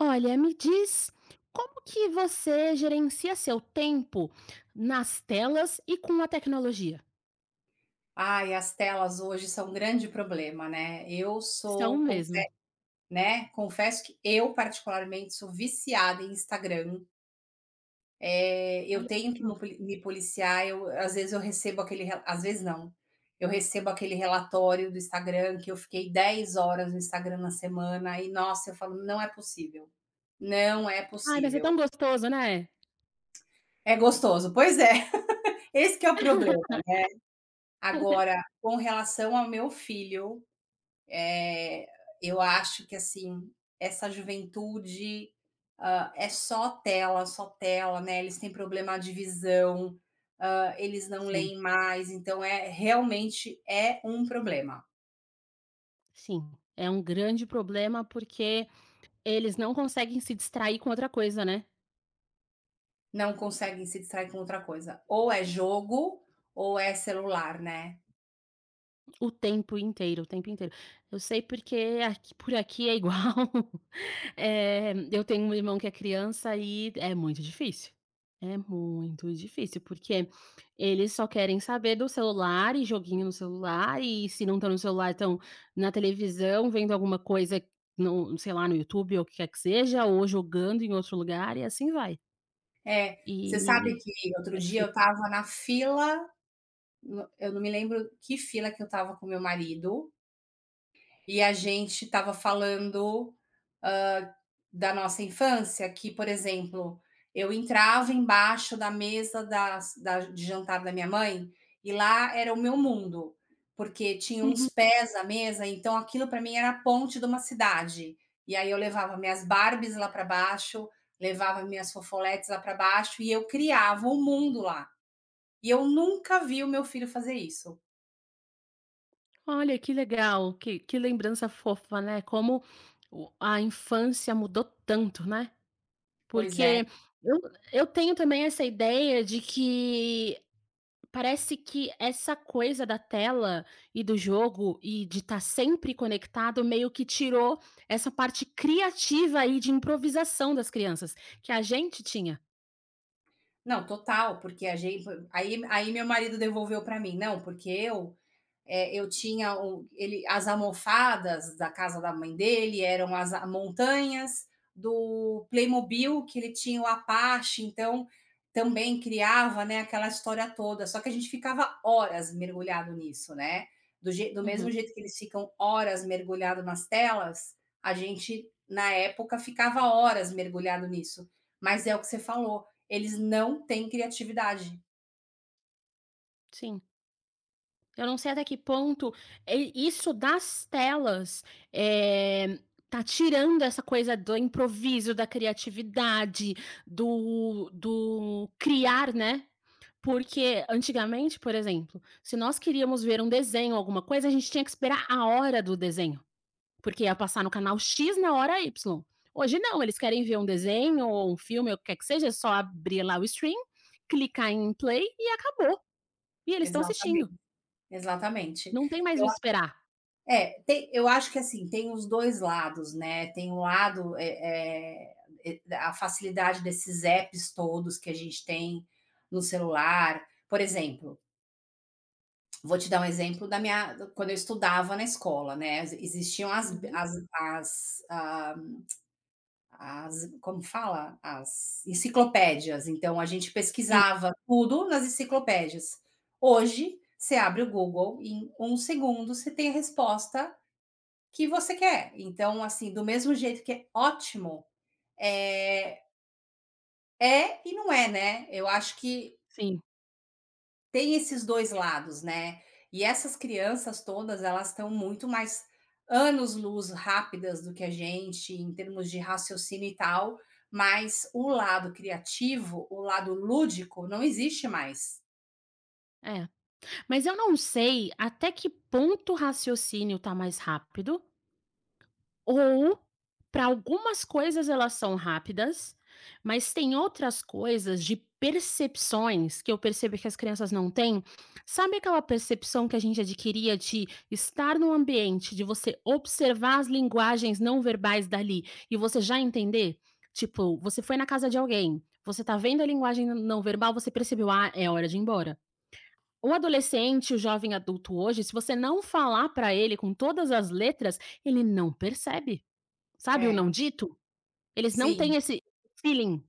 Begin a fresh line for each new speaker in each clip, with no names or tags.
Olha, me diz como que você gerencia seu tempo nas telas e com a tecnologia?
Ai, as telas hoje são um grande problema, né. Eu
São
sou confe
mesmo.
né, confesso que eu particularmente sou viciada em Instagram. Eu
Olha
tenho que
só.
me policiar, eu recebo aquele re às vezes não, eu recebo aquele relatório do Instagram que eu fiquei 10 horas no Instagram na semana e nossa, eu falo: "Não é possível, não é
Ai, mas é
possível".
tão gostoso, né?
É gostoso, pois é, esse que é o problema, né. Agora, com relação ao meu filho. Eh, eu acho que, assim, essa juventude, é só tela, né, eles têm problema de visão, eles não
Sim,
leem mais, então é realmente é um problema.
sim. É um grande problema, porque eles não conseguem se distrair com outra coisa, né?
Não conseguem se distrair com outra coisa, ou é jogo ou é celular, né.
O tempo inteiro, o tempo inteiro. Eu sei porque aqui por aqui é igual. Eu tenho um irmão que é criança e é muito difícil, porque eles só querem saber do celular e joguinho no celular e se não estão no celular, estão na televisão vendo alguma coisa no sei lá, no YouTube ou o que quer que seja, ou jogando em outro lugar e assim vai.
É,
E
você sabe que outro
é
dia eu
difícil.
estava na fila, no eu não me lembro que fila que eu estava com meu marido, e a gente estava falando da nossa infância, que, por exemplo, eu entrava embaixo da mesa das da de jantar da minha mãe, e lá era o meu mundo, porque tinha uns
Uhum.
pés à mesa, então aquilo para mim era a ponte de uma cidade. E aí eu levava minhas Barbies lá para baixo, levava minhas fofoletes lá para baixo e eu criava o mundo lá. E eu nunca vi o meu filho fazer isso.
Olha, que legal, que lembrança fofa, né, como o a infância mudou tanto, né,
Pois é.
porque eu eu tenho também essa ideia de que parece que essa coisa da tela e do jogo e de estar sempre conectado meio que tirou essa parte criativa aí de improvisação das crianças, que a gente tinha.
Não, total, porque a gente. Aí meu marido devolveu para mim: "Não, porque eu. É, eu tinha um, ele, as almofadas da casa da mãe dele eram montanhas do Playmobil, que ele tinha o Apache, então também criava, né, aquela história toda. Só que a gente ficava horas mergulhado nisso, né? Do mesmo
Uhum,
jeito que eles ficam horas mergulhado nas telas, a gente, na época, ficava horas mergulhado nisso. Mas é o que você falou, eles não têm criatividade."
sim. Eu não sei até que ponto, isso das telas, eh, tá tirando essa coisa do improviso, da criatividade, do criar, né. Porque antigamente, por exemplo, se nós queríamos ver um desenho, alguma coisa, a gente tinha que esperar a hora do desenho, porque ia passar no canal X na hora Y. Hoje não, eles querem ver um desenho ou um filme ou o que quer que seja, é só abrir lá o stream, clicar em play e acabou. E eles estão assistindo,
Exatamente, exatamente.
não tem mais o esperar.
É, tem, eu acho que assim, tem os dois lados, né? Tem um lado, a facilidade desses apps todos que a gente tem no celular. Por exemplo, vou te dar um exemplo da minha, quando eu estudava na escola, né? Existiam as,
Uhum.
as, as, ah, as como fala? As enciclopédias. Então a gente
Sim,
pesquisava tudo nas enciclopédias. Hoje, você abre o Google, em um segundo você tem a resposta que você quer. Então, assim, do mesmo jeito que é ótimo, é, é e não é, né? Eu acho que
sim,
tem esses dois lados, né? E essas crianças todas, elas estão muito mais anos-luz rápidas do que a gente em termos de raciocínio e tal, mas o lado criativo, o lado lúdico, não existe mais.
é. Mas eu não sei até que ponto o raciocínio tá mais rápido, ou para algumas coisas elas são rápidas, mas tem outras coisas de percepções que eu percebo que as crianças não têm. Sabe aquela percepção que a gente adquiria de estar num ambiente, de você observar as linguagens não verbais dali e você já entender? Tipo, você foi na casa de alguém, você tá vendo a linguagem não verbal, você percebeu: "Ah, é hora de ir embora". O adolescente, o jovem adulto hoje, se você não falar pra ele com todas as letras, ele não percebe, sabe o
É,
não dito? Eles não
sim.
têm esse feeling.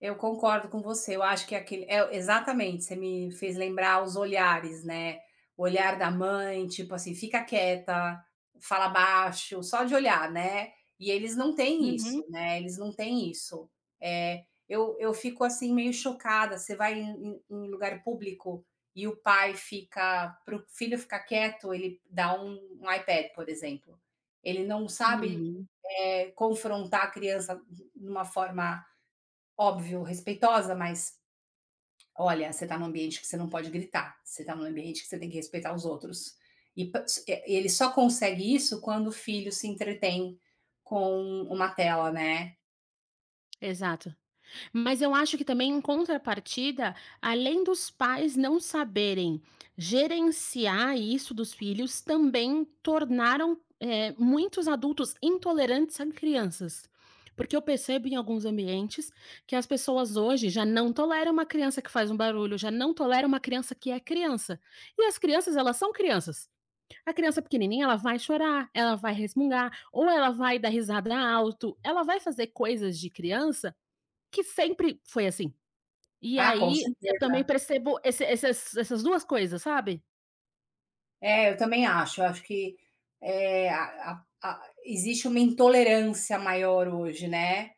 Eu concordo com você, eu acho que exatamente, você me fez lembrar os olhares, né, o olhar da mãe, tipo assim: "Fica quieta, fala baixo", só de olhar, né. E eles não têm isso,
Uhum,
né, eles não têm isso. É, eu fico, assim, meio chocada, você vai em lugar público e o pai fica para o filho ficar quieto, ele dá um iPad, por exemplo. Ele não sabe,
uhum,
confrontar a criança de uma forma. Óbvio, respeitosa, mas olha, você está num ambiente que você não pode gritar, você está num ambiente que você tem que respeitar os outros. Ele só consegue isso quando o filho se entretém com uma tela, né.
exato. Mas eu acho que também em contrapartida, além dos pais não saberem gerenciar isso dos filhos, também tornaram, muitos adultos intolerantes a crianças. Porque eu percebo em alguns ambientes que as pessoas hoje já não toleram uma criança que faz um barulho, já não toleram uma criança que é criança. E as crianças, elas são crianças. A criança pequenininha, ela vai chorar, ela vai resmungar, ou ela vai dar risada alto, ela vai fazer coisas de criança que sempre foi assim. E
Ah, com
aí, eu também
certeza.
percebo esse essas 2 coisas, sabe.
É, eu também acho, eu acho que, eh, a existe uma intolerância maior hoje, né,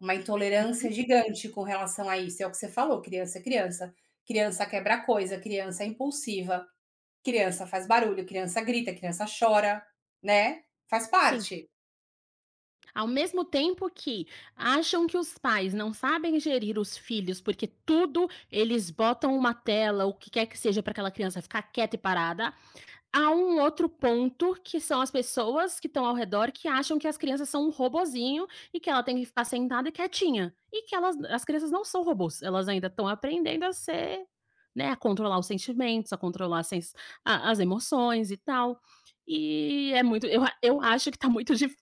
uma intolerância gigante com relação a isso, é o que você falou, criança é criança, criança quebra coisa, criança é impulsiva. Criança faz barulho, criança grita, criança chora, né, faz
Sim.
parte.
Ao mesmo tempo que acham que os pais não sabem gerir os filhos, porque tudo eles botam uma tela, o que quer que seja, para aquela criança ficar quieta e parada, há um outro ponto, que são as pessoas que estão ao redor que acham que as crianças são um robozinho e que ela tem que ficar sentada e quietinha, e que elas as crianças não são robôs, elas ainda estão aprendendo a ser, né, a controlar os sentimentos, a controlar sens a as emoções e tal. E é muito eu acho que tá muito dif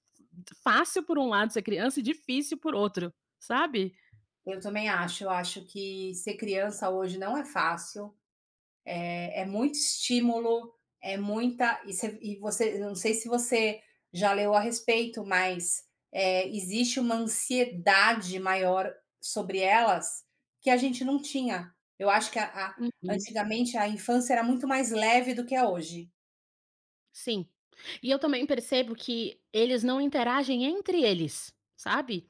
fácil por um lado ser criança e difícil por outro, sabe?
Eu também acho, eu acho que ser criança hoje não é fácil, é muito estímulo, é muita e você eu não sei se você já leu a respeito, mas, existe uma ansiedade maior sobre elas, que a gente não tinha. Eu acho que a
Uhum.
antigamente a infância era muito mais leve do que é hoje.
Sim. E eu também percebo que eles não interagem entre eles, sabe?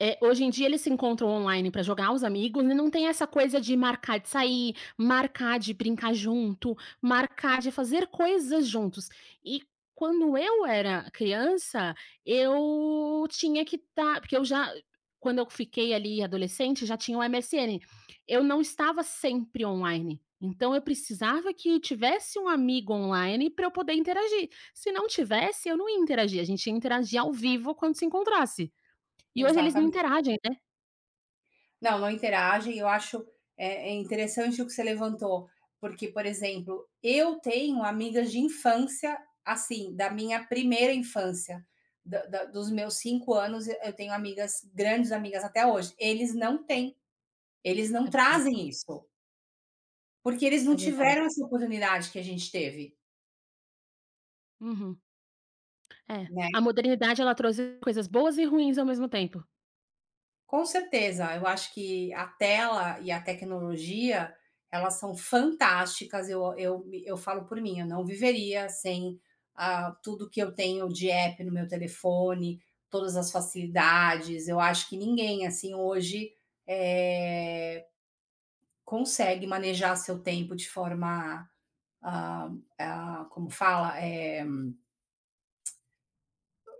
É, hoje em dia eles se encontram online para jogar os amigos e não tem essa coisa de marcar de sair, marcar de brincar junto, marcar de fazer coisas juntos. E quando eu era criança, eu tinha que estar porque eu já quando eu fiquei ali adolescente, já tinha o MSN. Eu não estava sempre online, então eu precisava que tivesse um amigo online para eu poder interagir. Se não tivesse, eu não ia interagir, a gente ia interagir ao vivo quando se encontrasse. E hoje eles não
Exatamente.
interagem, né,
Não, não interagem. Eu acho, é interessante o que você levantou, porque, por exemplo, eu tenho amigas de infância, assim, da minha primeira infância, da da dos meus 5 anos, eu tenho amigas grandes amigas até hoje. Eles não têm, eles não
é verdade,
trazem isso, porque eles não
é verdade.
tiveram essa oportunidade que a gente teve,
Uhum. É,
né.
a modernidade ela trouxe coisas boas e ruins ao mesmo tempo.
Com certeza, eu acho que a tela e a tecnologia, elas são fantásticas, eu falo por mim, eu não viveria sem, ah, tudo que eu tenho de app no meu telefone, todas as facilidades, eu acho que ninguém, assim, hoje, eh, consegue manejar seu tempo de forma, ah como fala?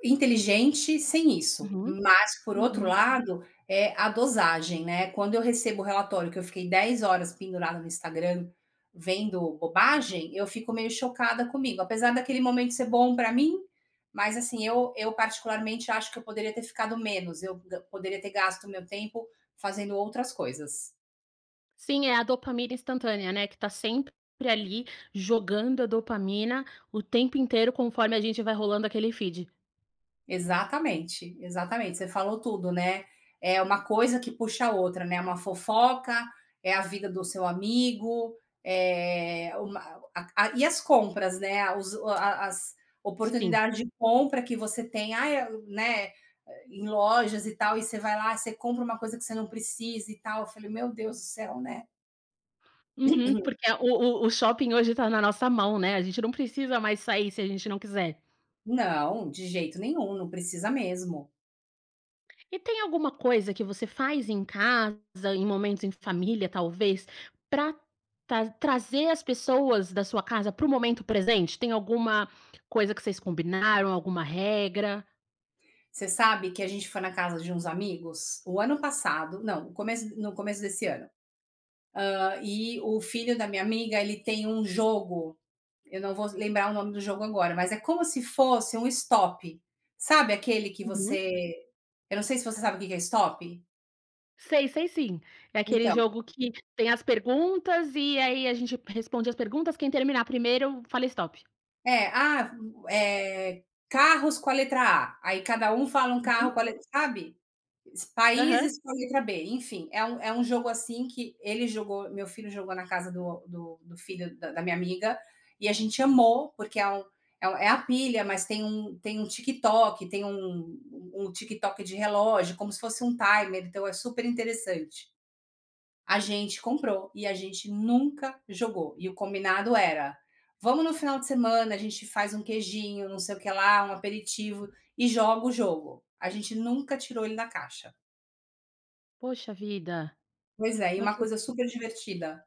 Inteligente sem isso,
Uhum,
mas por outro
uhum.
lado, é a dosagem, né? Quando eu recebo o relatório que eu fiquei 10 horas pendurada no Instagram vendo bobagem, eu fico meio chocada comigo, apesar daquele momento ser bom para mim, mas assim, eu particularmente acho que eu poderia ter ficado menos, poderia ter gasto meu tempo fazendo outras coisas.
Sim, é a dopamina instantânea, né, que tá sempre ali jogando a dopamina o tempo inteiro conforme a gente vai rolando aquele feed.
Exatamente, exatamente. Você falou tudo, né? É uma coisa que puxa a outra, né? Uma fofoca, é a vida do seu amigo, é uma- e as compras, né? As
Sim.
oportunidades de compra que você tem, né? Em lojas e tal, e você vai lá, você compra uma coisa que você não precisa e tal. Eu falei, meu Deus do céu, né?
Uhum, porque o shopping hoje tá na nossa mão, né, a gente não precisa mais sair se a gente não quiser.
Não, de jeito nenhum, não precisa mesmo.
E tem alguma coisa que você faz em casa, em momentos em família, talvez, para trazer as pessoas da sua casa para o momento presente? Tem alguma coisa que vocês combinaram, alguma regra?
Você sabe que a gente foi na casa de uns amigos o ano passado, não, no começo, no começo desse ano. E o filho da minha amiga, ele tem um jogo, eu não vou lembrar o nome do jogo agora, mas é como se fosse um stop. Sabe aquele que
Uhum.
você eu não sei se você sabe o que que é stop?
Sei, sei sim. É aquele
Então,
jogo que tem as perguntas e aí a gente responde as perguntas, quem terminar primeiro fala stop.
é, ah, carros com a letra A, aí cada um fala um carro
Uhum.
com a letra sabe?
Aham.
Países com a letra B, enfim, é um jogo, assim, que ele jogou meu filho jogou na casa do filho da minha amiga, e a gente amou, porque é a pilha, mas tem um TikTok, tem um TikTok de relógio, como se fosse um timer, então é super interessante. A gente comprou e a gente nunca jogou, e o combinado era: "Vamos no final de semana, a gente faz um queijinho, não sei o que lá, um aperitivo e joga o jogo". A gente nunca tirou ele da caixa.
Poxa vida.
Pois é, e
Ok,
uma coisa super divertida,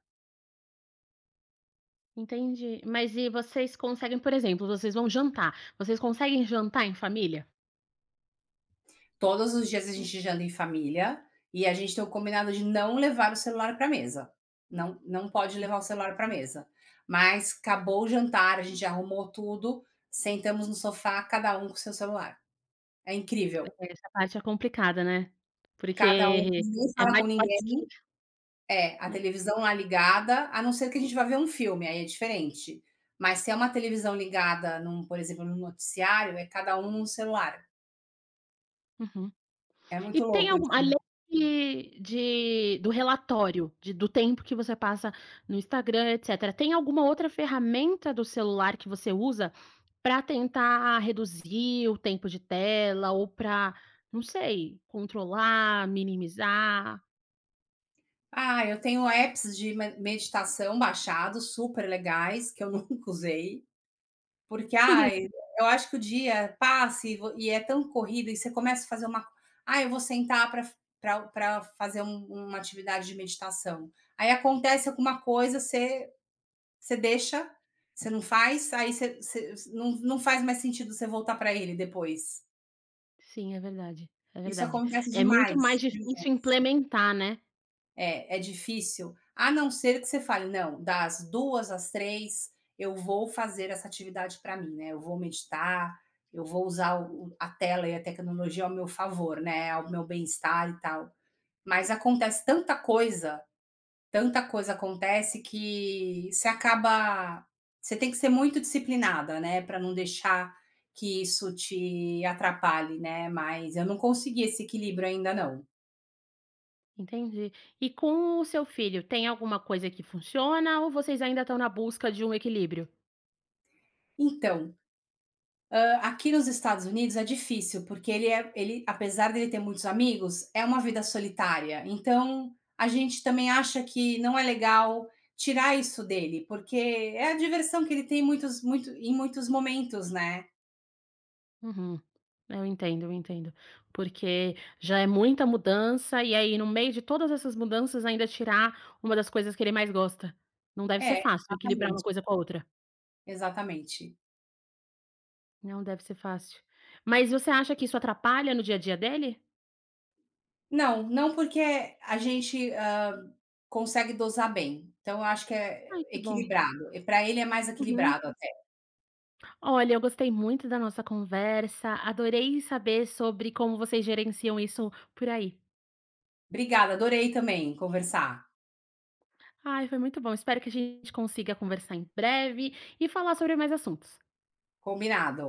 entendi. Mas e vocês conseguem, por exemplo, vocês vão jantar, vocês conseguem jantar em família?
todos os dias a gente janta em família, e a gente tem o combinado de não levar o celular para mesa. Não, não pode levar o celular para mesa. Mas acabou o jantar, a gente já arrumou tudo, sentamos no sofá, cada um com seu celular. É incrível,
É, essa parte é complicada, né.
cada um,
Porque
ninguém
é
fala
mais
com
forte
ninguém.
que
É, a
né.
televisão lá ligada, a não ser que a gente vá ver um filme, aí é diferente. Mas se é uma televisão ligada num, por exemplo, num noticiário, é cada um num celular.
Uhum.
É
E
muito
tem
louco
algum,
isso.
além de do relatório, de do tempo que você passa no Instagram, etcétera, tem alguma outra ferramenta do celular que você usa pra tentar reduzir o tempo de tela ou pra, não sei, controlar, minimizar?
Ah, eu tenho apps de me meditação baixados, super legais, que eu nunca usei, porque, ai, eu acho que o dia passa e vo e é tão corrido e você começa a fazer uma: "Ah, eu vou sentar para f pra fazer uma atividade de meditação". Aí acontece alguma coisa, você deixa, você não faz, aí você não faz mais sentido você voltar para ele depois.
Sim, é verdade, é
Isso
verdade.
acontece
É muito
demais.
mais difícil implementar, né.
É, é difícil, a não ser que você fale: "Não, das 2 às 3 eu vou fazer essa atividade para mim, né, eu vou meditar, eu vou usar o a tela e a tecnologia ao meu favor, né, ao meu bem-estar e tal". Mas acontece tanta coisa acontece que você acaba você tem que ser muito disciplinada, né, para não deixar que isso te atrapalhe, né, mas eu não consegui esse equilíbrio ainda não.
Entendi. E com o seu filho, tem alguma coisa que funciona ou vocês ainda estão na busca de um equilíbrio?
Então Hã, aqui nos Estados Unidos é difícil, porque ele é ele apesar dele ter muitos amigos, é uma vida solitária. Então, a gente também acha que não é legal tirar isso dele, porque é a diversão que ele tem em muitos muitos momentos, né.
Uhum. Eu entendo, eu entendo. Porque já é muita mudança, e aí, no meio de todas essas mudanças, ainda tirar uma das coisas que ele mais gosta. Não deve ser
É,
fácil equilibrar uma
exatamente,
coisa com a outra.
exatamente.
Não deve ser fácil. Mas você acha que isso atrapalha no dia a dia dele?
Não, não porque a gente, consegue dosar bem. Então eu acho que é
Ai, que bom.
equilibrado, e para ele é mais
Uhum.
equilibrado até.
Olha, eu gostei muito da nossa conversa, adorei saber sobre como vocês gerenciam isso por aí.
Obrigada, adorei também conversar.
Ai, foi muito bom. Espero que a gente consiga conversar em breve e falar sobre mais assuntos.
Combinado.